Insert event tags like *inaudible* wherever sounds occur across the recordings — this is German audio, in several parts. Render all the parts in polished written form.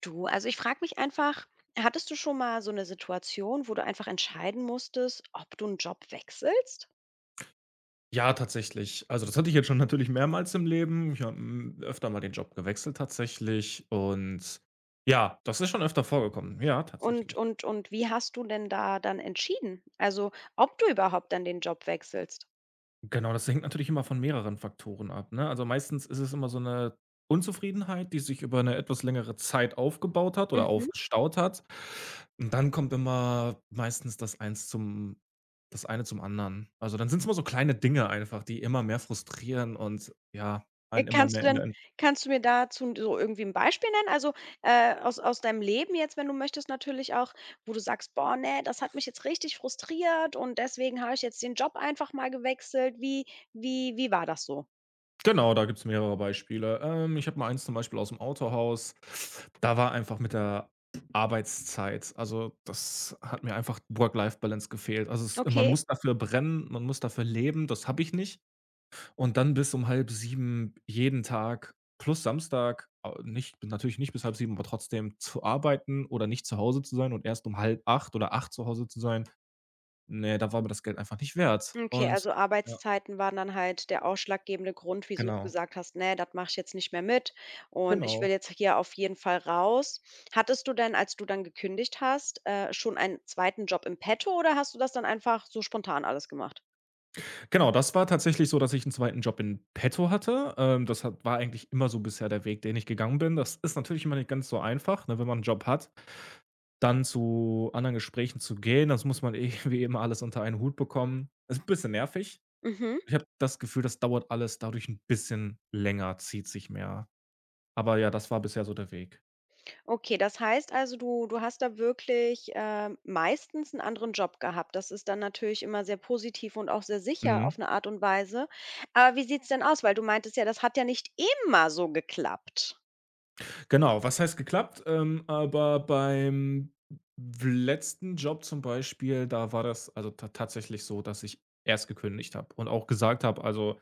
Du, also ich frage mich einfach, hattest du schon mal so eine Situation, wo du einfach entscheiden musstest, ob du einen Job wechselst? Ja, tatsächlich. Also, das hatte ich jetzt schon natürlich mehrmals im Leben. Ich habe, öfter mal den Job gewechselt tatsächlich und ja, das ist schon öfter vorgekommen. Ja, Und tatsächlich. und und wie hast du denn da dann entschieden? Also, ob du überhaupt dann den Job wechselst? Genau, das hängt natürlich immer von mehreren Faktoren ab, ne? Also, meistens ist es immer so eine Unzufriedenheit, die sich über eine etwas längere Zeit aufgebaut hat oder Mhm. aufgestaut hat. Und dann kommt immer meistens das eine zum anderen. Also, dann sind es immer so kleine Dinge einfach, die immer mehr frustrieren und ja, Äh, einen immer kannst du mehr in denn der. kannst du mir dazu so irgendwie ein Beispiel nennen? Also, aus deinem Leben jetzt, wenn du möchtest natürlich auch, wo du sagst: „Boah, nee, das hat mich jetzt richtig frustriert und deswegen habe ich jetzt den Job einfach mal gewechselt." Wie war das so? Genau, da gibt's mehrere Beispiele. Ich habe mal eins zum Beispiel aus dem Autohaus. Da war einfach mit der Arbeitszeit, also, das hat mir einfach Work-Life-Balance gefehlt. Also, es, man Okay. muss dafür brennen, man muss dafür leben, das habe ich nicht. Und dann bis um halb sieben jeden Tag plus Samstag, nicht, natürlich nicht bis halb sieben, aber trotzdem zu arbeiten oder nicht zu Hause zu sein und erst um halb 8 oder acht zu Hause zu sein. Nee, da war mir das Geld einfach nicht wert. Okay, Und also ja, Arbeitszeiten waren dann halt der ausschlaggebende Grund, wieso du genau, gesagt hast: „Ne, das mache ich jetzt nicht mehr mit und ich genau. will jetzt hier auf jeden Fall raus." Hattest du denn, als du dann gekündigt hast, schon einen zweiten Job im petto oder hast du das dann einfach so spontan alles gemacht? Genau, das war tatsächlich so, dass ich 'n zweiten Job in petto hatte. Das hat, war eigentlich immer so bisher der Weg, den ich gegangen bin. Das ist natürlich immer nicht ganz so einfach, ne, wenn man 'n Job hat, dann zu anderen Gesprächen zu gehen. Das muss man *laughs* irgendwie immer alles unter einen Hut bekommen. Ist 'n bisschen nervig. Mhm. Ich habe das Gefühl, das dauert alles dadurch 'n bisschen länger, zieht sich mehr. Aber ja, das war bisher so der Weg. Okay, das heißt also, du hast da wirklich, meistens einen anderen Job gehabt. Das ist dann natürlich immer sehr positiv und auch sehr sicher Mhm. auf eine Art und Weise. Aber wie sieht's denn aus? Weil du meintest ja, das hat ja nicht immer so geklappt. Genau, was heißt geklappt? Aber beim w letzten Job zum Beispiel, da war das also ta tatsächlich so, dass ich erst gekündigt habe und auch gesagt habe, also,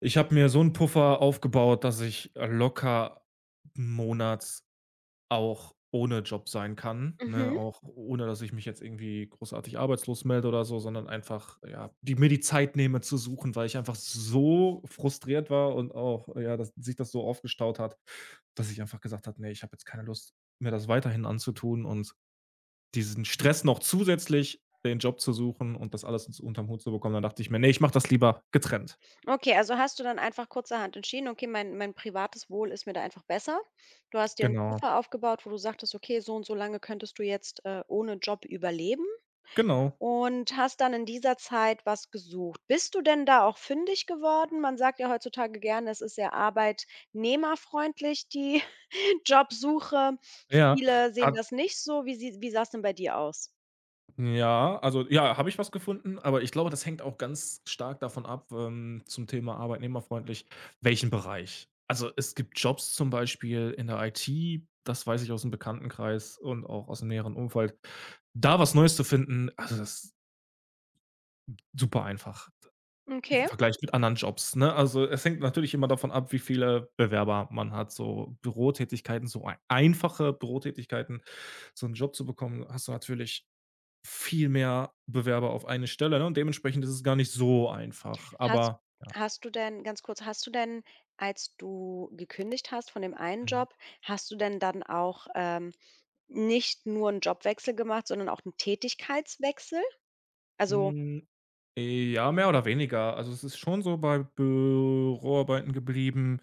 ich habe mir so 'n Puffer aufgebaut, dass ich locker 'n auch ohne Job sein kann, ne? Mhm. Auch ohne, dass ich mich jetzt irgendwie großartig arbeitslos melde oder so, sondern einfach, ja, die, mir die Zeit nehme zu suchen, weil ich einfach so frustriert war und auch, ja, dass sich das so aufgestaut hat, dass ich einfach gesagt habe: „Nee, ich habe jetzt keine Lust, mir das weiterhin anzutun und diesen Stress noch zusätzlich, den Job zu suchen und das alles ins unterm Hut zu bekommen.“ Dann dachte ich mir: „Nee, ich mache das lieber getrennt.“ Okay, also hast du dann einfach kurzerhand entschieden: „Okay, mein privates Wohl ist mir da einfach besser." Du hast dir einen Genau, Puffer aufgebaut, wo du sagtest: „Okay, so und so lange könntest du jetzt, ohne Job überleben", genau. und hast dann in dieser Zeit was gesucht. Bist du denn da auch fündig geworden? Man sagt ja heutzutage gerne, es ist sehr arbeitnehmerfreundlich, die *laughs* Jobsuche. Ja. Viele sehen das nicht so. Wie sah es denn bei dir aus? Ja, also ja, habe ich was gefunden, aber ich glaube, das hängt auch ganz stark davon ab, zum Thema arbeitnehmerfreundlich, welchen Bereich. Also, es gibt Jobs zum Beispiel in der IT, das weiß ich aus aus'm Bekanntenkreis und auch aus dem näheren Umfeld. Da was Neues zu finden, also, das ist super einfach im Okay. Vergleich mit anderen Jobs, ne? Also, es hängt natürlich immer davon ab, wie viele Bewerber man hat. So Bürotätigkeiten, so ei einfache Bürotätigkeiten, so einen Job zu bekommen, hast du natürlich viel mehr Bewerber auf eine Stelle, ne, und dementsprechend ist es gar nicht so einfach, Hast aber ja. hast du denn ganz kurz, als du gekündigt hast von dem einen Mhm. Job, hast du denn dann auch, nicht nur einen Jobwechsel gemacht, sondern auch einen Tätigkeitswechsel? Also Hm, ja, mehr oder weniger. Also, es ist schon so bei Büroarbeiten geblieben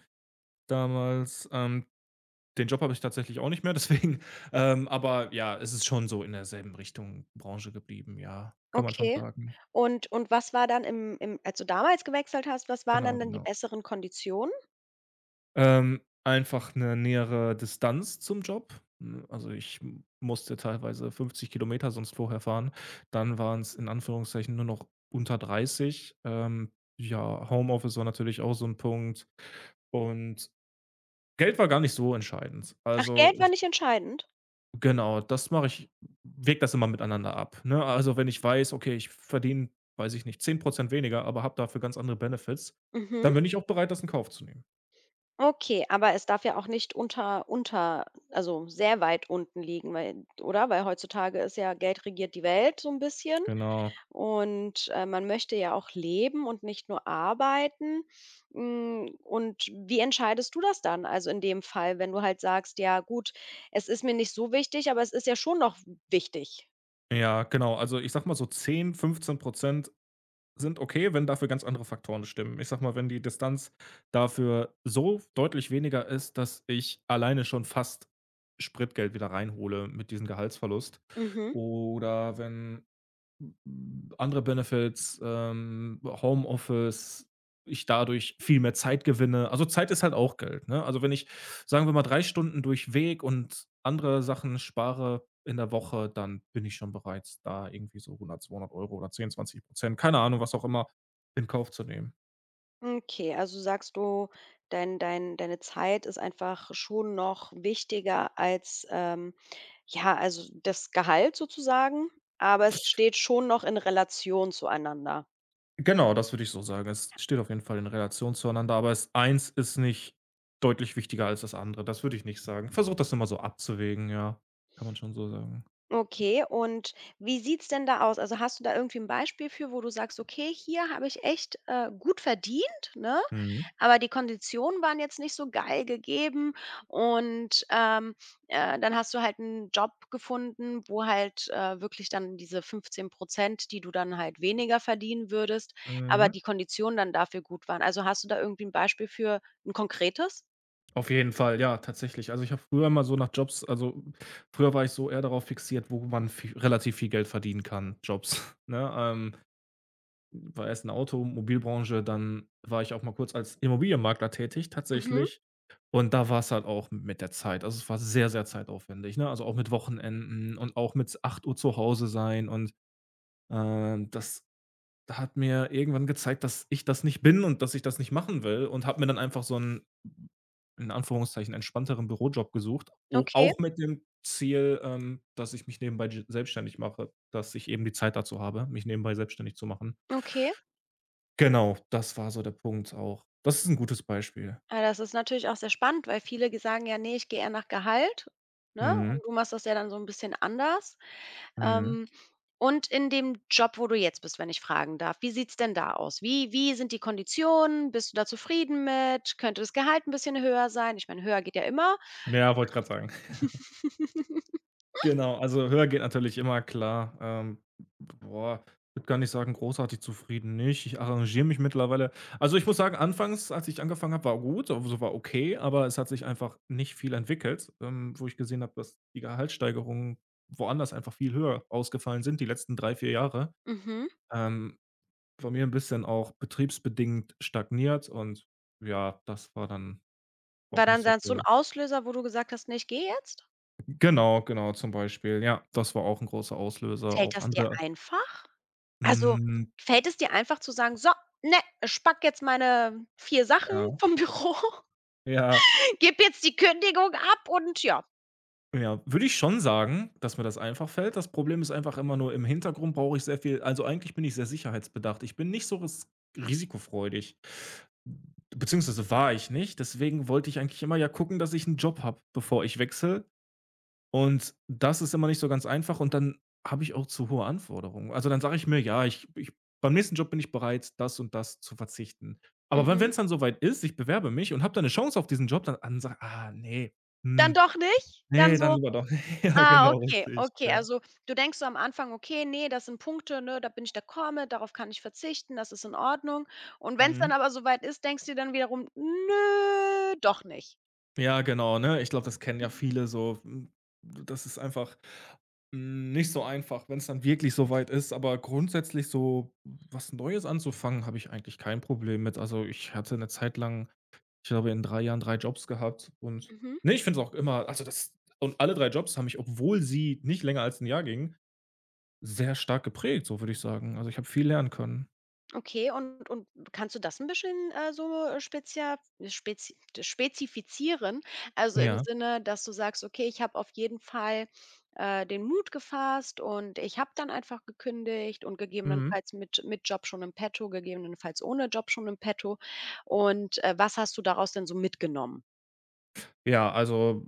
damals. Den Job habe ich tatsächlich auch nicht mehr, *laughs* deswegen, aber ja, es ist schon so in derselben Richtung Branche geblieben, ja, kann man schon okay. sagen. Und was war dann im im als du damals gewechselt hast, was waren Genau, dann die genau. besseren Konditionen? Einfach eine nähere Distanz zum Job. Also, ich m musste teilweise 50 Kilometer sonst vorher fahren. Dann waren es in Anführungszeichen nur noch unter 30. Ja, Homeoffice war natürlich auch so ein Punkt und Geld war gar nicht so entscheidend. Ach, Also, Geld ich, war nicht entscheidend? genau, das mache ich, wäge das immer miteinander ab, ne? Also, wenn ich weiß, okay, ich verdiene, weiß ich nicht, 10 weniger, aber habe dafür ganz andere Benefits, Mhm. dann bin ich auch bereit, das in Kauf zu nehmen. Okay, aber es darf ja auch nicht unter also sehr weit unten liegen, weil, oder? Weil heutzutage ist ja Geld regiert die Welt so ein bisschen. Genau. Und, man möchte ja auch leben und nicht nur arbeiten. Und wie entscheidest du das dann? Also, in dem Fall, wenn du halt sagst: „Ja gut, es ist mir nicht so wichtig, aber es ist ja schon noch wichtig." Ja, genau. Also, ich sag mal so zehn, fünfzehn Prozent sind okay, wenn dafür ganz andere Faktoren stimmen. Ich sag mal, wenn die Distanz dafür so deutlich weniger ist, dass ich alleine schon fast Spritgeld wieder reinhole mit diesem Gehaltsverlust Mhm. oder wenn, andere Benefits, Homeoffice, ich dadurch viel mehr Zeit gewinne. Also, Zeit ist halt auch Geld, ne? Also, wenn ich, sagen wir mal, 3 Stunden durch Weg und andere Sachen spare in der Woche, dann bin ich schon bereit, da irgendwie so hundert zweihundert Euro oder zehn zwanzig Prozent, keine Ahnung, was auch immer, in Kauf zu nehmen. Okay, also sagst du, deine Zeit ist einfach schon noch wichtiger als, ja, also das Gehalt sozusagen, aber es steht schon noch in Relation zueinander. Genau, das würde ich so sagen. Es steht auf jeden Fall in Relation zueinander, aber es, eins ist nicht deutlich wichtiger als das andere. Das würde ich nicht sagen. Versucht das immer so abzuwägen, ja. Kann man schon so sagen. Okay, und wie sieht's denn da aus? Also, hast du da irgendwie ein Beispiel für, wo du sagst: „Okay, hier habe ich echt, gut verdient, ne, Mhm. aber die Konditionen waren jetzt nicht so geil gegeben." Und, dann hast du halt einen Job gefunden, wo halt, wirklich dann diese 15%, die du dann halt weniger verdienen würdest, aber Mhm. die Konditionen dann dafür gut waren. Also, hast du da irgendwie ein Beispiel für ein konkretes? Auf jeden Fall, ja, tatsächlich. Also, ich habe früher immer so nach Jobs, also, früher war ich so eher darauf fixiert, wo man vi relativ viel Geld verdienen kann, Jobs, *laughs* ne? War erst in der Automobilbranche, dann war ich auch mal kurz als Immobilienmakler tätig Mhm. tatsächlich. Und da war es halt auch mit der Zeit. Also, es war sehr, sehr zeitaufwendig, ne? Also, auch mit Wochenenden und auch mit acht Uhr zu Hause sein und, das hat mir irgendwann gezeigt, dass ich das nicht bin und dass ich das nicht machen will und habe mir dann einfach so 'n, in Anführungszeichen, entspannteren Bürojob gesucht, o Okay, auch mit dem Ziel, dass ich mich nebenbei j selbstständig mache, dass ich eben die Zeit dazu habe, mich nebenbei selbstständig zu machen. okay. Genau, das war so der Punkt auch. Das ist 'n gutes Beispiel. Ah, das ist natürlich auch sehr spannend, weil viele ge sagen ja: nee, ich gehe eher nach Gehalt", ne? Mhm, Und du machst das ja dann so ein bisschen anders. mhm. Ähm, und in dem Job, wo du jetzt bist, wenn ich fragen darf, wie sieht's denn da aus? Wie sind die Konditionen? Bist du da zufrieden mit? Könnte das Gehalt ein bisschen höher sein? Ich meine, höher geht ja immer. Ja, wollte grad sagen. *laughs* Genau, also höher geht natürlich immer, klar. Boah, würde gar nicht sagen, großartig zufrieden nicht. Ich arrangiere mich mittlerweile. Also, ich muss sagen, anfangs, als ich angefangen habe, war gut, also war okay, aber es hat sich einfach nicht viel entwickelt, wo ich gesehen habe, dass die Gehaltssteigerungen woanders einfach viel höher ausgefallen sind, die letzten 3 4 Jahre. Mhm. Ähm, Bei mir ein bisschen auch betriebsbedingt stagniert und ja, das war dann War auch nicht dann so so ein toll. Auslöser, wo du gesagt hast: nee, ich gehe jetzt?" Genau, genau, zum Beispiel. Ja, das war auch ein großer Auslöser. Fällt Auch das dir andere. einfach? Also, Hm, fällt es dir einfach zu sagen: „So, ne, ich pack jetzt meine 4 Sachen ja. vom Büro"? *laughs* Ja, Gib jetzt die Kündigung ab und ja. ja, würde ich schon sagen, dass mir das einfach fällt. Das Problem ist einfach immer nur, im Hintergrund brauche ich sehr viel, also, eigentlich bin ich sehr sicherheitsbedacht. Ich bin nicht so risikofreudig, beziehungsweise war ich nicht. Deswegen wollte ich eigentlich immer ja gucken, dass ich einen Job habe, bevor ich wechsle. Und das ist immer nicht so ganz einfach und dann habe ich auch zu hohe Anforderungen. Also, dann sage ich mir: „Ja, ich beim nächsten Job bin ich bereit, das und das zu verzichten.“ Aber wenn Mhm. es dann so weit ist, ich bewerbe mich und habe dann eine Chance auf diesen Job, dann sage: „Ah, nee, Dann hm, doch nicht? Dann ne, dann so: lieber doch.“ *laughs* Ja, „Ah, genau, okay, richtig, okay." ja. Also, du denkst so am Anfang: „Okay, ne, das sind Punkte, ne, da bin ich d'accord mit, darauf kann ich verzichten, das ist in Ordnung." Und wenn's dann Mhm. aber so weit ist, denkst du dir dann wiederum: „Nö, doch nicht." Ja, genau, ne? Ich glaube, das kennen ja viele so. Das ist einfach, nicht so einfach, wenn es dann wirklich so weit ist, aber grundsätzlich so was Neues anzufangen, habe ich eigentlich kein Problem mit. Also, ich hatte eine Zeit lang, ich glaube, in 3 Jahren 3 Jobs gehabt und, Mhm. ne, ich finde es auch immer, also, das und alle 3 Jobs haben mich, obwohl sie nicht länger als 'n Jahr gingen, sehr stark geprägt, so würde ich sagen. Also, ich habe viel lernen können. Okay, und kannst du das ein bisschen, so spezia spezi spezifizieren? Also, im Ja. Sinne, dass du sagst: „Okay, ich habe auf jeden Fall, den Mut gefasst und ich habe dann einfach gekündigt und Mhm. gegebenenfalls mit Job schon im Petto, gegebenenfalls ohne Job schon im Petto." Und, was hast du daraus denn so mitgenommen? Ja, also,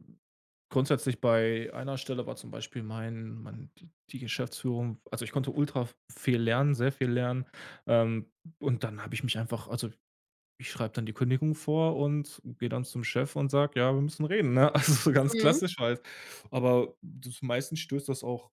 grundsätzlich bei einer Stelle war zum Beispiel mein die Geschäftsführung, also, ich konnte ultra v viel lernen, sehr viel lernen, ähm, und dann habe ich mich einfach, also, ich schreibe dann die Kündigung vor und gehe dann zum Chef und sage: „Ja, wir müssen reden“, ne? *laughs* Also, so ganz Mhm. klassisch halt. Aber das, meistens stößt das auch,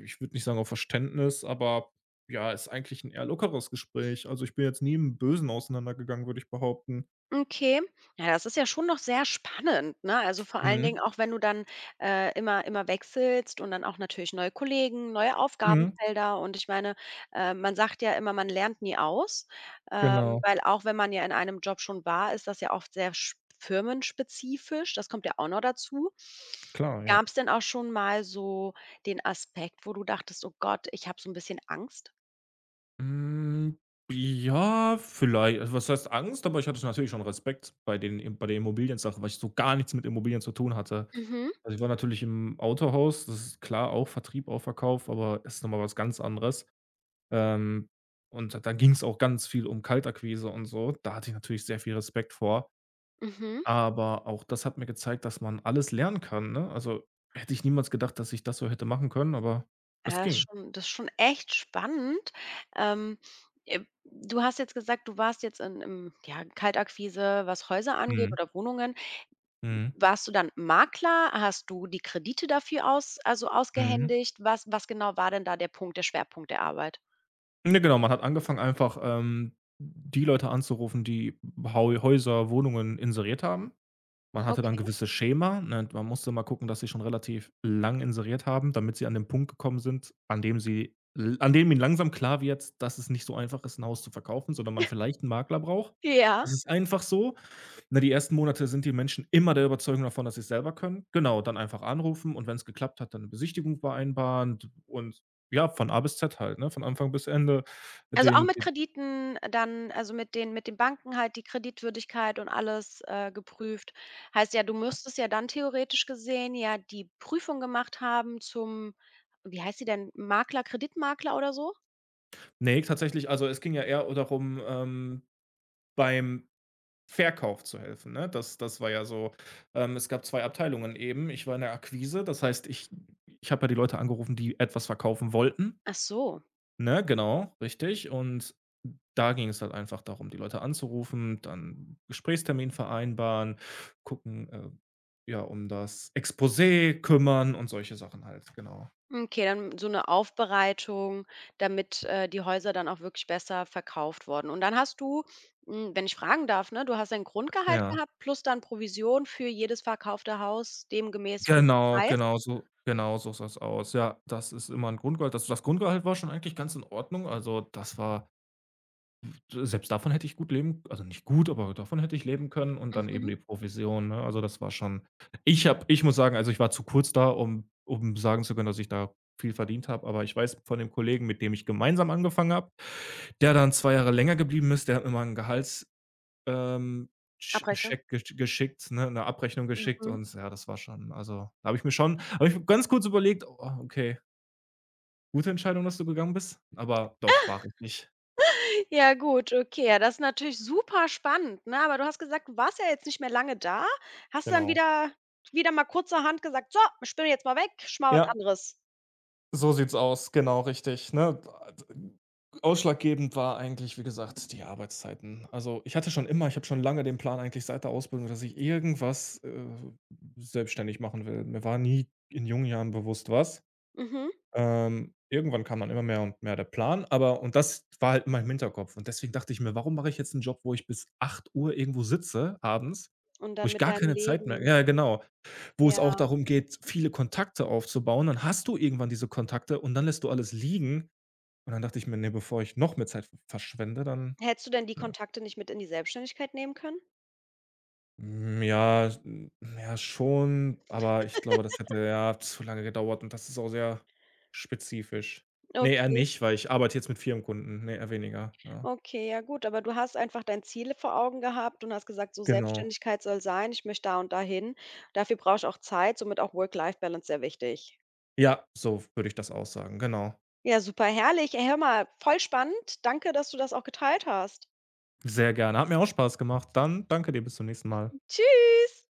ich würde nicht sagen auf Verständnis, aber ja, ist eigentlich ein eher lockeres Gespräch. Also, ich bin jetzt nie im Bösen auseinandergegangen, würde ich behaupten. Okay. Ja, das ist ja schon noch sehr spannend, ne? Also, vor allen Dingen Mhm. auch, wenn du dann, immer wechselst und dann auch natürlich neue Kollegen, neue Mhm. Aufgabenfelder und ich meine, man sagt ja immer, man lernt nie aus, Genau. weil auch wenn man ja in einem Job schon war, ist das ja oft sehr sch firmenspezifisch, das kommt ja auch noch dazu. Klar, ja. Gab es denn auch schon mal so den Aspekt, wo du dachtest: „Oh Gott, ich habe so ein bisschen Angst?" Hm, ja, vielleicht. Also, was heißt Angst, aber ich hatte natürlich schon Respekt bei den, bei der Immobiliensache, weil ich so gar nichts mit Immobilien zu tun hatte. Mhm, Also, ich war natürlich im Autohaus, das ist klar, auch Vertrieb, auch Verkauf, aber es ist noch mal was ganz anderes. Ähm, und da ging es auch ganz viel um Kaltakquise und so. Da hatte ich natürlich sehr viel Respekt vor, mhm. aber auch das hat mir gezeigt, dass man alles lernen kann, ne? Also, hätte ich niemals gedacht, dass ich das so hätte machen können, aber es Ja, ging. Das ist schon echt spannend. Ähm, Du hast jetzt gesagt, du warst jetzt in im ja, Kaltakquise, was Häuser angeht Mhm, oder Wohnungen. mhm, Warst du dann Makler? Hast du die Kredite dafür aus also mhm. ausgehändigt? Was genau war denn da der Punkt, der Schwerpunkt der Arbeit? Ne, genau, man hat angefangen, einfach, die Leute anzurufen, die Hau Häuser, Wohnungen inseriert haben. Man hatte dann Okay. gewisse Schema, ne? Man musste mal gucken, dass sie schon relativ lang inseriert haben, damit sie an den Punkt gekommen sind, an dem sie l an dem ihnen langsam klar wird, dass es nicht so einfach ist, ein Haus zu verkaufen, sondern man vielleicht einen Makler braucht. Ja. Das ist einfach so. Ne, die ersten Monate sind die Menschen immer der Überzeugung davon, dass sie's selber können. Genau, dann einfach anrufen und wenn es geklappt hat, dann 'ne Besichtigung vereinbaren und ja, von A bis Z halt, ne, von Anfang bis Ende Also, auch den mit den Krediten, dann also, mit den Banken halt die Kreditwürdigkeit und alles, geprüft. Heißt ja, du müsstest ja dann theoretisch gesehen ja die Prüfung gemacht haben zum wie heißt sie denn? Makler, Kreditmakler oder so? Ne, tatsächlich, also, es ging ja eher darum, beim Verkauf zu helfen, ne? Das war ja so, es gab 2 Abteilungen eben. Ich war in der Akquise, das heißt, ich habe ja die Leute angerufen, die etwas verkaufen wollten, Ach so. ne? Genau, richtig. Und da ging es halt einfach darum, die Leute anzurufen, dann Gesprächstermin vereinbaren, gucken, ja, um das Exposé kümmern und solche Sachen halt, genau. Okay, dann so eine Aufbereitung, damit, die Häuser dann auch wirklich besser verkauft wurden. Und dann hast du, wenn ich fragen darf, ne, du hast ein Grundgehalt Ja, gehabt plus dann Provision für jedes verkaufte Haus demgemäß für den genau, Preis? Genau so sah's aus. Ja, das ist immer ein Grundgehalt. Das Grundgehalt war schon eigentlich ganz in Ordnung. Also, das war, selbst davon hätte ich gut leben, also nicht gut, aber davon hätte ich leben können und dann eben Mhm. die Provision, ne? Also, das war schon, ich habe, ich muss sagen, also, ich war zu kurz da, um sagen zu können, dass ich da viel verdient habe, aber ich weiß von dem Kollegen, mit dem ich gemeinsam angefangen habe, der dann 2 Jahre länger geblieben ist, der hat mir mal 'n Gehalts, ähm, Abrechnung. Scheck geschickt, ne, 'ne Abrechnung geschickt Mhm. und ja, das war schon, also, da habe ich mir schon, habe ich ganz kurz überlegt: „Oh, okay, gute Entscheidung, dass du gegangen bist“, aber doch, war ich nicht. Ja gut, okay. Ja, das ist natürlich super spannend, ne? Aber du hast gesagt, du warst ja jetzt nicht mehr lange da. Hast du dann Genau. wieder mal kurzerhand gesagt: „So, ich bin jetzt mal weg, ich mache was Ja. anderes." So sieht's aus, genau richtig, ne? Ausschlaggebend war eigentlich, wie gesagt, die Arbeitszeiten. Also, ich habe schon lange den Plan, eigentlich seit der Ausbildung, dass ich irgendwas, selbstständig machen will. Mir war nie in jungen Jahren bewusst was. Mhm. Irgendwann kam dann immer mehr und mehr der Plan, aber und das war halt immer im Hinterkopf. Und deswegen dachte ich mir: „Warum mache ich jetzt einen Job, wo ich bis acht Uhr irgendwo sitze abends, Und wo dann ich mit gar deinem keine Zeit mehr“, Leben. ja, genau, wo es auch Ja. darum geht, viele Kontakte aufzubauen. Dann hast du irgendwann diese Kontakte und dann lässt du alles liegen. Und dann dachte ich mir: „Ne, bevor ich noch mehr Zeit verschwende, dann“, Hättest du denn die ja. Kontakte nicht mit in die Selbstständigkeit nehmen können? Ja, ja schon, aber ich glaube, das hätte, ja, zu lange gedauert und das ist auch sehr spezifisch. Ne, eher Okay, nicht, weil ich arbeite jetzt mit Firmenkunden. Ne, eher weniger, ja. okay, ja gut, aber du hast einfach dein Ziel vor Augen gehabt und hast gesagt: „So, Genau. Selbstständigkeit soll sein, ich möchte da und dahin. Dafür brauche ich auch Zeit, somit auch Work-Life-Balance sehr wichtig." Ja, so würde ich das aussagen, genau. Ja, super herrlich. Ey, hör mal, voll spannend. Danke, dass du das auch geteilt hast. Sehr gerne. Hat mir auch Spaß gemacht. Dann danke dir, bis zum nächsten Mal. Tschüss.